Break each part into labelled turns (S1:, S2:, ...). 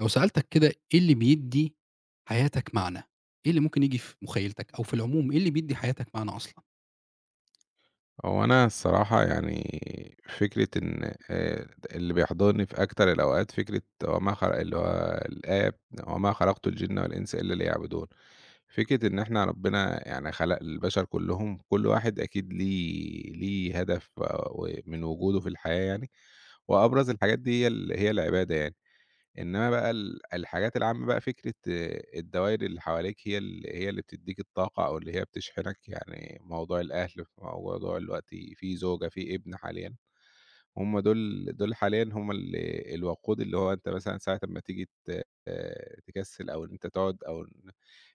S1: لو سألتك كده إيه اللي بيدّي حياتك معنى؟ إيه اللي ممكن ييجي في مخيلتك أو في العموم إيه اللي بيدّي حياتك معنى أصلًا؟
S2: هو أنا الصراحة، يعني فكرة إن اللي بيحضرني في أكتر الأوقات فكرة وما خ اللي هو الآية: "وما خلقت الجن والإنس إلا ليعبدون." فكرة إن إحنا ربنا يعني خلق البشر كلّهم، كل واحد أكيد ليه هدف ومن وجوده في الحياة يعني. وأبرز الحاجات دي هي العبادة يعني. إنما بقى الحاجات العامة بقى فكرة الدوائر اللي حواليك هي اللي بتدّيك الطاقة أو اللي هي بتشحنك، يعني موضوع الأهل، موضوع دلوقتي في زوجة، في ابن حاليًا. هم دول حاليًا هم الوقود، اللي هو أنت مثلًا ساعة أمّا تيجي تكسّل أو إن أنت تقعد أو ن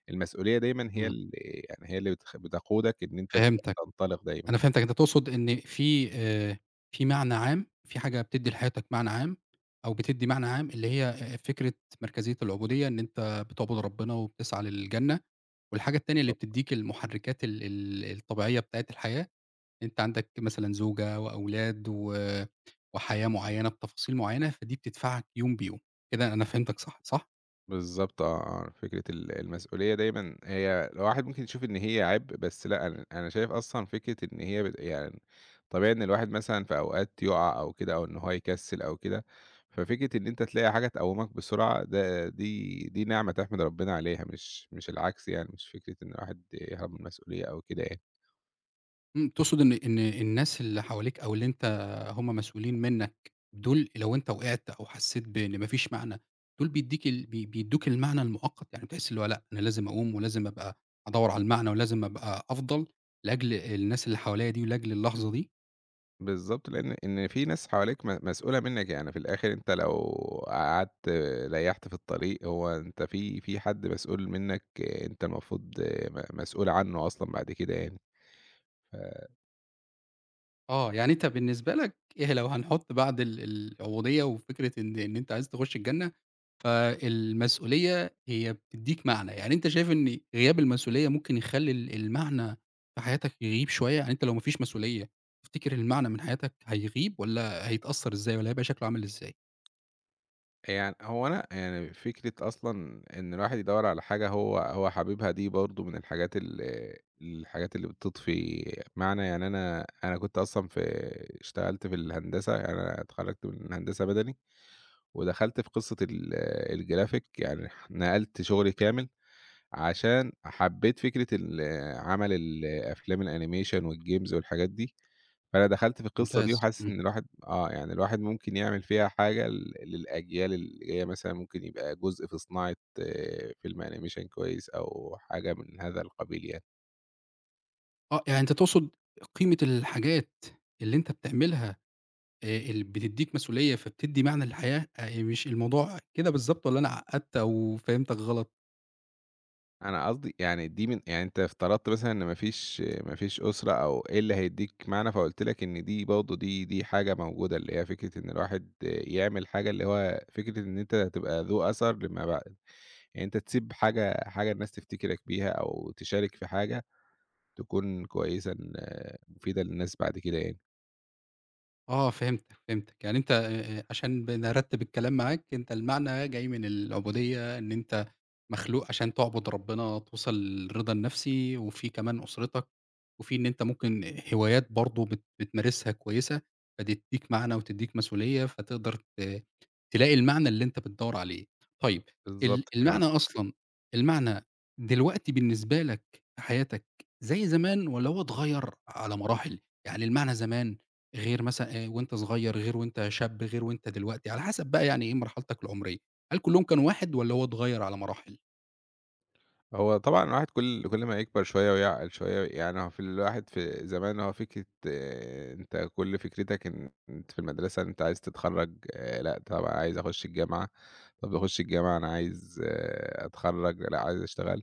S2: المسؤولية دايمًا هي
S1: إمم.
S2: ال يعني هي اللي بتقودك إن أنت
S1: فهمتك،
S2: تنطلق دايمًا.
S1: أنا فهمتك، أنت تقصد إن في في معنى عام، في حاجة بتدّي لحياتك معنى عام أو بتدّي معنى عام اللي هي فكرة مركزية العبودية، إن أنت بتعبد ربنا وبتسعى للجنة، والحاجة التانية اللي بتدّيك المحركات ال الطبيعية بتاعة الحياة أنت عندك مثلًا زوجة وأولاد و وحياة معيّنة بتفاصيل معيّنة، فدي بتدفعك يوم بيوم، كده أنا فهمتك صح، صح؟
S2: بالضبط آه. فكرة المسؤولية دايمًا، هي الواحد ممكن يشوف إن هي عيب، بس لأ، أنا شايف أصلًا فكرة إن هي بت يعني طبيعي إن الواحد مثلًا في أوقات يُقع أو كده أو إن هو يكسِّل أو كده، ففكرة إن أنت تلاقي حاجة تقوّمك بسرعة، ده دي دي نعمة تحمد ربنا عليها، مش العكس يعني، مش فكرة إن الواحد يهرب من المسؤولية أو كده يعني.
S1: إمم، تقصد إن الناس اللي حواليك أو اللي أنت هم مسؤولين منّك، دول لو أنت وقعت أو حسّيت بإن ما فيش معنى، دول بيدّيك ال بي بيدّوك المعنى المؤقت، يعني بتحس اللي هو لأ، أنا لازم أقوم ولازم أبقى أدوّر على المعنى ولازم أبقى أفضل لأجل الناس اللي حواليّا دي ولأجل اللحظة دي؟
S2: بالضبط، لإن في ناس حواليك مسؤولة منّك، يعني في الآخر أنت لو قعدت ريّحت في الطريق، هو أنت في حد مسؤول منّك، أنت المفروض مسؤول عنّه أصلًا بعد كده يعني. ف
S1: آه، يعني أنت بالنسبة لك إيه لو هنحُط بعد ال العبودية وفكرة إن أنت عايز تخُش الجنة، فالمسؤولية هي بتدّيك معنى، يعني أنت شايف إن غياب المسؤولية ممكن يخلّي ال المعنى في حياتك يغيب شوية، يعني أنت لو ما فيش مسؤولية تفتكر المعنى من حياتك هيغيب والّا هيتأثّر إزاي والّا هيبقى شكله عامل إزاي؟
S2: يعني هو أنا، يعني فكرة أصلًا إن الواحد يدوّر على حاجة هو حاببها، دي برضه من الحاجات اللي بتطفي معنى، يعني أنا كنت أصلًا اشتغلت في الهندسة، يعني أنا اتخرّجت من هندسة مدني، ودخلت في قصة الجرافيك، يعني نقلت شغلي كامل عشان حبيت فكرة عمل الأفلام الأنيميشن والجيمز والحاجات دي. فأنا دخلت في القصة دي
S1: ممتاز،
S2: وحاسس
S1: إمم.
S2: إن الواحد، يعني الواحد ممكن يعمل فيها حاجة للأجيال اللي جاية، مثلًا ممكن يبقى جزء في صناعة فيلم أنيميشن كويس أو حاجة من هذا القبيل يعني.
S1: آه، يعني أنت تقصد قيمة الحاجات اللي أنت بتعملها ال بتدّيك مسؤولية، فبتدّي معنى للحياة، مش الموضوع كده بالضبط والّا أنا عقّدت أو فهمتك غلط؟
S2: أنا قصدي يعني دي من، يعني أنت افترضت مثلًا إن ما فيش أسرة أو إيه اللي هيدّيك معنى، فقُلت لك إن دي برضه دي حاجة موجودة، اللي هي فكرة إن الواحد يعمل حاجة، اللي هو فكرة إن أنت تبقى ذو أثر لمّا بع يعني أنت تسيب حاجة، الناس تفتكرك بيها، أو تشارك في حاجة تكون كويسة، إن مفيدة للناس بعد كده يعني.
S1: آه فهمتك، فهمتك. يعني أنت عشان بنرتّب الكلام معاك، أنت المعنى جاي من العبودية، إن أنت مخلوق عشان تعبد ربنا، توصل للرضا النفسي، وفي كمان أسرتك، وفي إن أنت ممكن هوايات برضه بتمارسها كويسة، فتدّيك معنى وتدّيك مسؤولية، فتقدر تلاقي المعنى اللي أنت بتدوّر عليه. طيب ال
S2: بالضبط كده، آه.
S1: المعنى أصلًا المعنى دلوقتي بالنسبة لك في حياتك زي زمان والّا هو اتغيّر على مراحل؟ يعني المعنى زمان غير مثلًا وأنت صغير، غير وأنت شاب، غير وأنت دلوقتي، على حسب بقى يعني إيه مرحلتك العمرية، هل كلّهم كانوا واحد والّا هو اتغيّر على مراحل؟
S2: هو طبعًا الواحد كل ما يكبر شوية ويعقل شوية، يعني هو في الواحد في زمان، هو فكرة أنت كل فكرتك إن أنت في المدرسة أنت عايز تتخرّج. لأ طب أنا عايز أخش الجامعة، طب أخش الجامعة أنا عايز أتخرّج، لأ عايز أشتغل.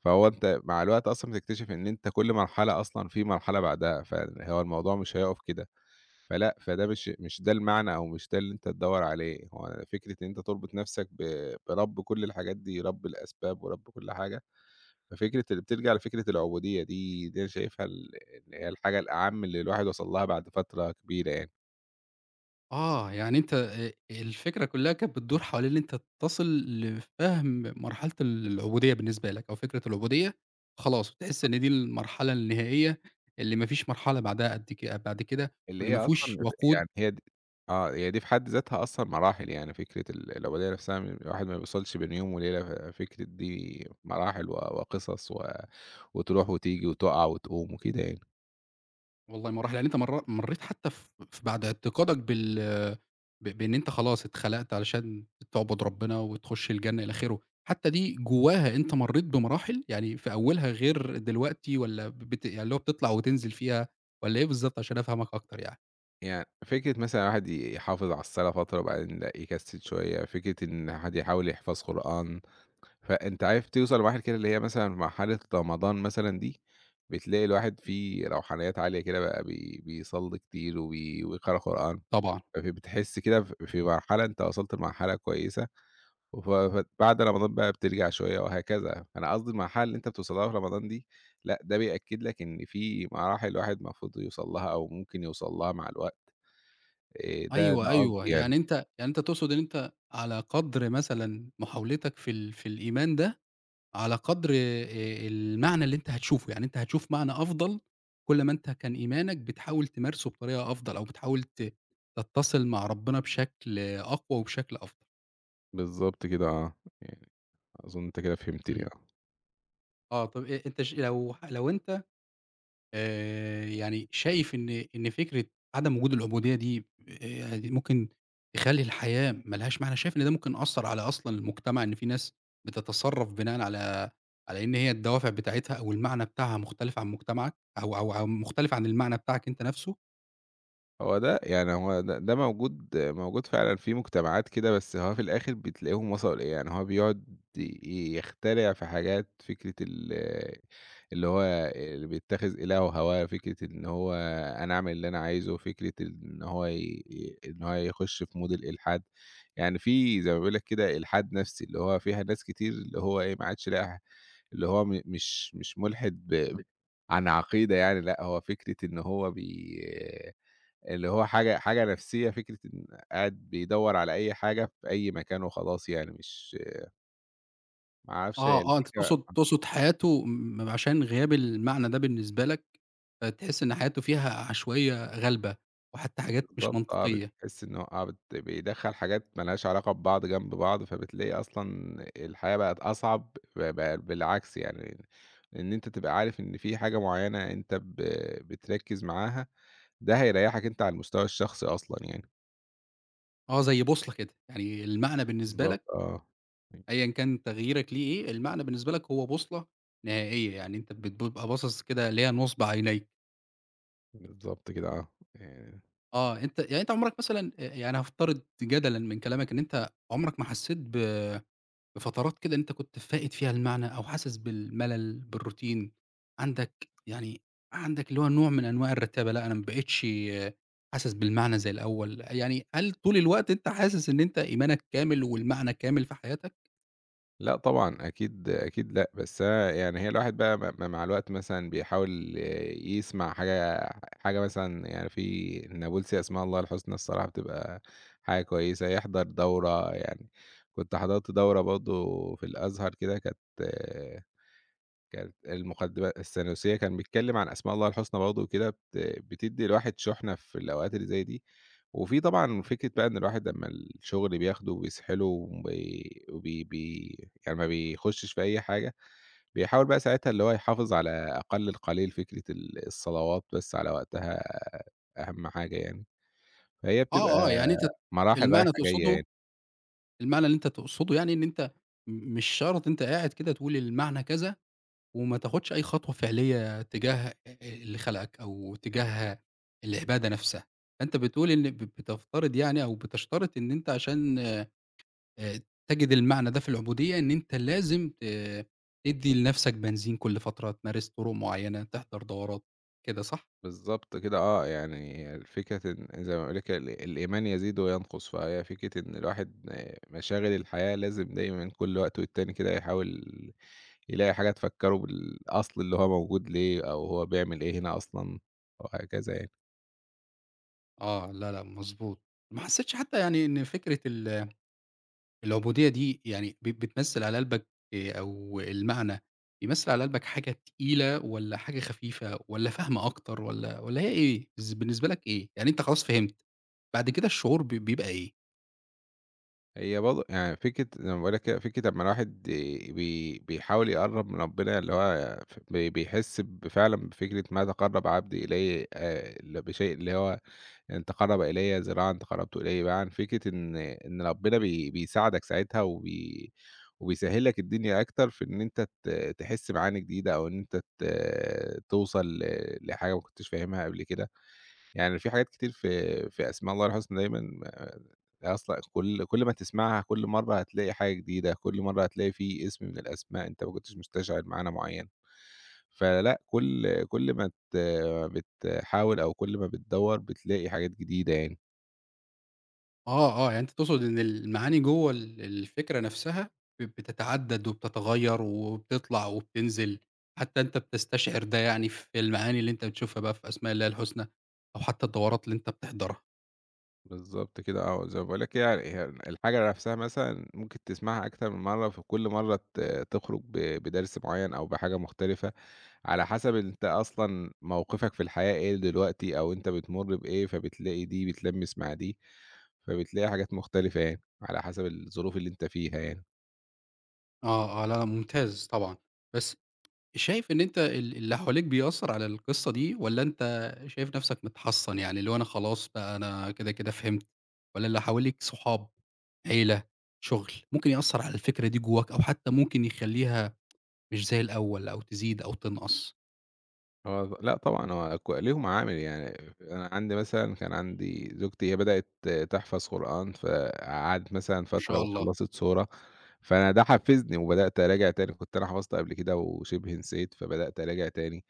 S2: فهو أنت مع الوقت أصلًا بتكتشف إن أنت كل مرحلة أصلًا في مرحلة بعدها، فهو الموضوع مش هيقف كده، فلأ، فده مش ده المعنى أو مش ده اللي أنت تدوّر عليه. هو فكرة إن أنت تربط نفسك برب كل الحاجات دي، رب الأسباب ورب كل حاجة. ففكرة اللي بترجع لفكرة العبودية دي، دي أنا شايفها إن هي الحاجة الأعم اللي الواحد وصل لها بعد فترة كبيرة يعني.
S1: آه، يعني أنت الفكرة كلّها كانت بتدور حوالين إن أنت تصل لفهم مرحلة ال العبودية بالنسبة لك أو فكرة العبودية، خلاص وتحس إن دي المرحلة النهائية اللي ما فيش مرحلة بعدها قد ك بعد كده،
S2: اللي
S1: وإن
S2: هي
S1: ما فيهوش
S2: أصلًا
S1: وقود.
S2: يعني هي هي دي في حد ذاتها أصلًا مراحل، يعني فكرة العبودية نفسها، الواحد ما بيوصلش بين يوم وليلة، ففكرة دي مراحل وقصص وتروح وتيجي وتقع وتقوم وكده يعني.
S1: والله مراحل، يعني أنت مرّيت حتى ف ف بعد اعتقادك ب بإن أنت خلاص اتخلقت علشان تعبد ربنا وتخش الجنة إلى آخره، حتى دي جواها أنت مرّيت بمراحل؟ يعني في أولها غير دلوقتي والّا ب بت يعني اللي هو بتطلع وتنزل فيها والّا إيه بالضبط عشان أفهمك أكتر يعني؟
S2: يعني فكرة مثلًا الواحد يحافظ على الصلاة فترة وبعدين لأ يكسل شوية، فكرة إن الواحد يحاول يحفظ قرآن. فأنت عارف توصل لمراحل كده اللي هي مثلًا مرحلة رمضان مثلًا دي، بتلاقي الواحد فيه روحانيات عالية كده بقى بيصلّي كتير ويقرأ قرآن،
S1: طبعًا.
S2: فبتحس كده، في مرحلة أنت وصلت لمرحلة كويسة. فبعد رمضان بقى بترجع شوية وهكذا. فأنا قصدي المرحلة اللي أنت بتوصل لها في رمضان دي، لأ ده بيأكد لك إن في مراحل الواحد المفروض يوصل لها أو ممكن يوصل لها مع الوقت. ده
S1: أيوه،
S2: قصدي
S1: أيوه.
S2: يعني.
S1: يعني أنت تقصد إن أنت على قدر مثلًا محاولتك في في الإيمان ده على قدر المعنى اللي أنت هتشوفه، يعني أنت هتشوف معنى أفضل كل ما أنت كان إيمانك بتحاول تمارسه بطريقة أفضل، أو بتحاول تتصل مع ربنا بشكل أقوى وبشكل أفضل.
S2: بالضبط كده آه، يعني أظن أنت كده فهمتني.
S1: إمم. آه، طب أ أنت ش لو ح لو أنت يعني شايف إن فكرة عدم وجود العبودية دي ممكن تخلّي الحياة ما لهاش معنى، شايف إن ده ممكن أثّر على أصلًا المجتمع، إن في ناس بتتصرّف بناءً على إن هي الدوافع بتاعتها أو المعنى بتاعها مختلف عن مجتمعك أو أو مختلف عن المعنى بتاعك أنت نَفْسه؟
S2: هو ده يعني، هو ده موجود موجود فعلًا في مجتمعات كده، بس هو في الآخر بتلاقيهم وصلوا لإيه، يعني هو بيقعد يخترع في حاجات، فكرة ال اللي هو اللي بيتخذ إلهه هواه، فكرة إن هو أنا أعمل اللي أنا عايزه، فكرة إن هو ي ي إن هو يخش في مود الإلحاد، يعني في زي ما بيقول لك كده إلحاد نفسي، اللي هو فيها ناس كتير، اللي هو إيه، ما عادش لاقي، اللي هو م مش مش ملحد عن عقيدة يعني، لأ، هو فكرة إن هو بي اللي هو حاجة نفسيّة، فكرة إن قاعد بيدوّر على أي حاجة في أي مكان وخلاص يعني، مش، ما أعرفش هي
S1: آه، آه، أنت
S2: الفكرة.
S1: تقصد حياته م عشان غياب المعنى ده بالنسبة لك، فتحس إن حياته فيها عشوائية غالبة وحتى حاجات مش
S2: بالضبط آه،
S1: منطقية.
S2: بتحس إنه بيدخّل حاجات ما لهاش علاقة ببعض جنب بعض، فبتلاقي أصلًا الحياة بقت أصعب، ب ب بالعكس يعني، إن أنت تبقى عارف إن في حاجة معيّنة أنت بتركّز معاها، ده هيريّحك أنت على المستوى الشخصي أصلًا يعني.
S1: آه زي بوصلة كده، يعني المعنى بالنسبة
S2: بالضبط
S1: لك
S2: آه.
S1: أيًا كان تغييرك ليه إيه، المعنى بالنسبة لك هو بوصلة نهائية، يعني أنت بتبقى باصص كده اللي هي نُصب عينيك.
S2: بالضبط كده آه، يعني
S1: آه، أنت يعني أنت عمرك مثلًا يعني هافترض جدلًا من كلامك إن أنت عمرك ما حسيت بفترات كده إن أنت كنت فاقد فيها المعنى أو حاسس بالملل، بالروتين، عندك اللي هو نوع من أنواع الرتابة، لأ أنا ما بقيتش حاسس بالمعنى زي الأول، يعني هل طول الوقت أنت حاسس إن أنت إيمانك كامل والمعنى كامل في حياتك؟
S2: لأ طبعًا، أكيد أكيد لأ، بس أنا يعني، هي الواحد بقى م م مع الوقت مثلًا بيحاول يسمع حاجة، مثلًا يعني في النابلسي أسماء الله الحسنى الصراحة بتبقى حاجة كويسة. يحضر دورة يعني، كنت حضرت دورة برضه في الأزهر كده كانت، المقدمة الثانوسية كان بيتكلّم عن أسماء الله الحسنى برضه، وكده بتدّي الواحد شُحنة في الأوقات اللي زي دي. وفي طبعًا فكرة بقى إن الواحد لمّا الشغل بياخده وبيسحله وبي وبي بي يعني ما بيخشش في أي حاجة، بيحاول بقى ساعتها اللي هو يحافظ على أقل القليل، فكرة الصلوات بس على وقتها أهم حاجة يعني. فهي بتبقى
S1: آه، آه، يعني أنت
S2: مراحل
S1: المعنى
S2: رايحة جاية
S1: تقصده
S2: يعني.
S1: المعنى اللي أنت تقصده يعني إن أنت مش شرط أنت قاعد كده تقول المعنى كذا، وما تاخدش أي خطوة فعلية تجاه اللي خلقك أو تجاه العبادة نفسها. فأنت بتقول إن بتفترض يعني أو بتشترط إن أنت عشان تجد المعنى ده في العبودية، إن أنت لازم تدّي لنفسك بنزين كل فترة، تمارس طرق معيّنة، تحضر دورات، كده صح؟
S2: بالضبط كده آه، يعني الفكرة إن زي ما باقول لِك الإيمان يزيد وينقص، فهي فكرة إن الواحد، مشاغل الحياة لازم دايمًا كل وقت والتاني كده يحاول يلاقي حاجة تفكّره بالأصل اللي هو موجود ليه أو هو بيعمل إيه هنا أصلًا، وهكذا يعني.
S1: آه، لا، لأ، مضبوط. ما حسيتش حتى يعني إن فكرة ال العبودية دي يعني بتمثّل على قلبك أو المعنى بيمثّل على قلبك حاجة تقيلة والّا حاجة خفيفة والّا فهم أكتر والّا هي إيه؟ بالنسبة لك إيه؟ يعني أنت خلاص فهمت، بعد كده الشعور بيبقى إيه؟
S2: هي برضه يعني فكرة زي ما باقول لِك كده، فكرة أمّا الواحد ي- بي بيحاول يقرّب من ربنا، اللي هو ف بي بيحس فعلًا بفكرة "ما تقرّب عبدي إلي" بشيء اللي هو، يعني أنت "قرّب إليَّ ذراعًا تقرّبت إليه باعًا"، فكرة إن ربنا بيساعدك ساعتها وبيسهّل لك الدنيا أكتر في إن أنت تحس معاني جديدة، أو إن أنت توصل لحاجة ما كنتش فاهمها قبل كده. يعني في حاجات كتير في أسماء الله الحسنى دايمًا أصلًا، كل ما تسمعها كل مرّة هتلاقي حاجة جديدة، كل مرّة هتلاقي في اسم من الأسماء أنت ما كنتش مستشعر معنى معيّن. فلأ، كل ما بتحاول، أو كل ما بتدوّر بتلاقي حاجات جديدة يعني.
S1: آه، آه، يعني أنت تقصد إن المعاني جوّه ال الفكرة نفسها بتتعدّد وبتتغيّر وبتطلع وبتنزل، حتى أنت بتستشعر ده يعني في المعاني اللي أنت بتشوفها بقى في أسماء الله الحسنى أو حتى الدورات اللي أنت بتحضرها.
S2: بالضبط كده آه، زي ما باقول لك هي الحاجة نفسها مثلًا ممكن تسمعها أكتر من مرّة، فكل مرّة تخرج بدرس معيّن أو بحاجة مختلفة، على حسب أنت أصلًا موقفك في الحياة إيه دلوقتي أو أنت بتمُر بإيه، فبتلاقي دي بتلمّس مع دي، فبتلاقي حاجات مختلفة يعني، على حسب الظروف اللي أنت فيها يعني.
S1: آه، آه، لا، لأ ممتاز طبعًا. بس شايف إن أنت اللي حواليك بيأثّر على القصة دي والّا أنت شايف نَفْسك متحصّن، يعني اللي هو أنا خلاص بقى أنا كده، كده فهمت والّا اللي حواليك صحاب، عيلة، شُغل، ممكن يأثّر على الفكرة دي جوّاك أو حتّى ممكن يخلّيها مش زي الأول أو تزيد أو تنقص؟
S2: هو لأ طبعًا، هو ليهم عامل يعني. أنا عندي مثلًا كان عندي زوجتي هي بدأت تحفظ قرآن، فقعدت مثلًا
S1: ما
S2: فترة
S1: شاء الله.
S2: وخلّصت سورة، فأنا ده حفّزني وبدأت أراجع تاني، كنت أنا حفظت قبل كده وشِبه نسيت، فبدأت أراجع تاني.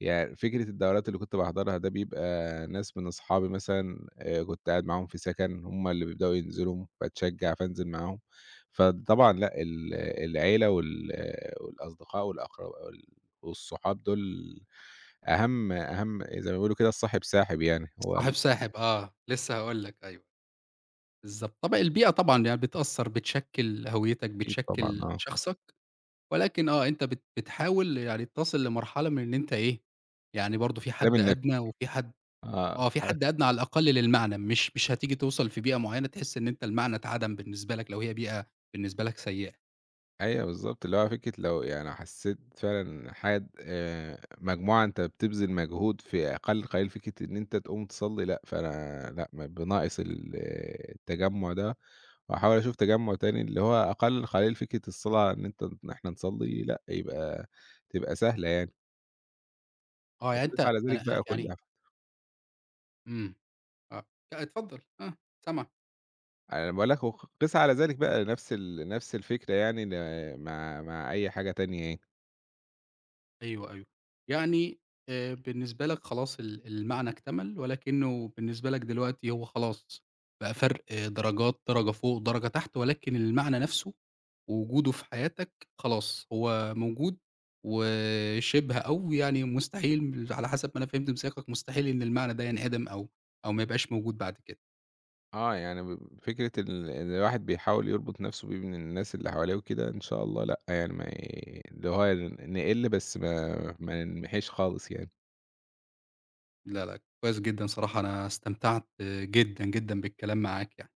S2: يعني فكرة الدورات اللي كنت باحضرها، ده بيبقى ناس من أصحابي مثلًا كنت قاعد معاهم في سَكَن، هم اللي بيبدأوا ينزلوا، فاتشجّع فانزل معاهم. فطبعًا لأ، العيلة والأصدقاء والأقرب والصحاب دول أهَم أهَم، زي ما بيقولوا كده "الصاحب ساحب" يعني، هو
S1: الصاحب
S2: ال
S1: ساحب آه، لسه هاقول لك أيوه، بالضبط. طبع البيئة طبعًا يعني بتأثّر، بتشكِّل هويتك،
S2: أكيد طبعًا
S1: بتشكِّل
S2: آه،
S1: شخصك. ولكن آه، أنت بتحاول يعني تصل لمرحلة من إن أنت إيه، يعني برضه في
S2: سلام
S1: حد
S2: النفْس
S1: أدنى وفي حد
S2: آه.
S1: آه، في حد أدنى على الأقل للمعنى، مش هتيجي توصل في بيئة معيّنة تحس إن أنت المعنى اتعدم بالنسبة لك لو هي بيئة بالنسبة لك سيئة.
S2: أيوه بالضبط، اللي هو فكرة لو يعني حسّيت فعلًا حد، مجموعة أنت بتبذل مجهود في أقل قليل فكرة إن أنت تقوم تصلّي لأ، فأنا لأ، ما بناقص التجمُّع ده، وهاحاول أشوف تجمُّع تاني اللي هو أقل قليل فكرة الصلاة، إن إحنا نصلّي لأ، يبقى تبقى سهلة يعني.
S1: آه، يعني
S2: وقِس
S1: أنت
S2: على
S1: أنا
S2: ذلك
S1: أ
S2: بقى كل
S1: يعني
S2: حاجه.
S1: إمم، آه، لأ اتفضل، آه، سامعك.
S2: أنا باقول لك، قِس على ذلك بقى، نفس الفكرة يعني، مع أي حاجة تانية يعني.
S1: أيوه، أيوه. يعني بالنسبة لك خلاص ال المعنى اكتمل، ولكنه بالنسبة لك دلوقتي هو خلاص بقى فرق آه، درجات، درجة فوق، درجة تحت، ولكن المعنى نفسه ووجوده في حياتك خلاص هو موجود، وشِبه أو يعني مستحيل على حسب ما أنا فهمت من سياقك، مستحيل إن المعنى ده ينعدم أو ما يبقاش موجود بعد كده.
S2: آه، يعني فكرة إن الواحد بيحاول يربط نَفْسه بين الناس اللي حواليه وكده، إن شاء الله لأ، يعني ما ي اللي هو نقِل بس، ما ننمحيش خالص يعني.
S1: لا، لا، كويس جدًا صراحة أنا استمتعت آه، جدًا، جدًا بالكلام معاك يعني.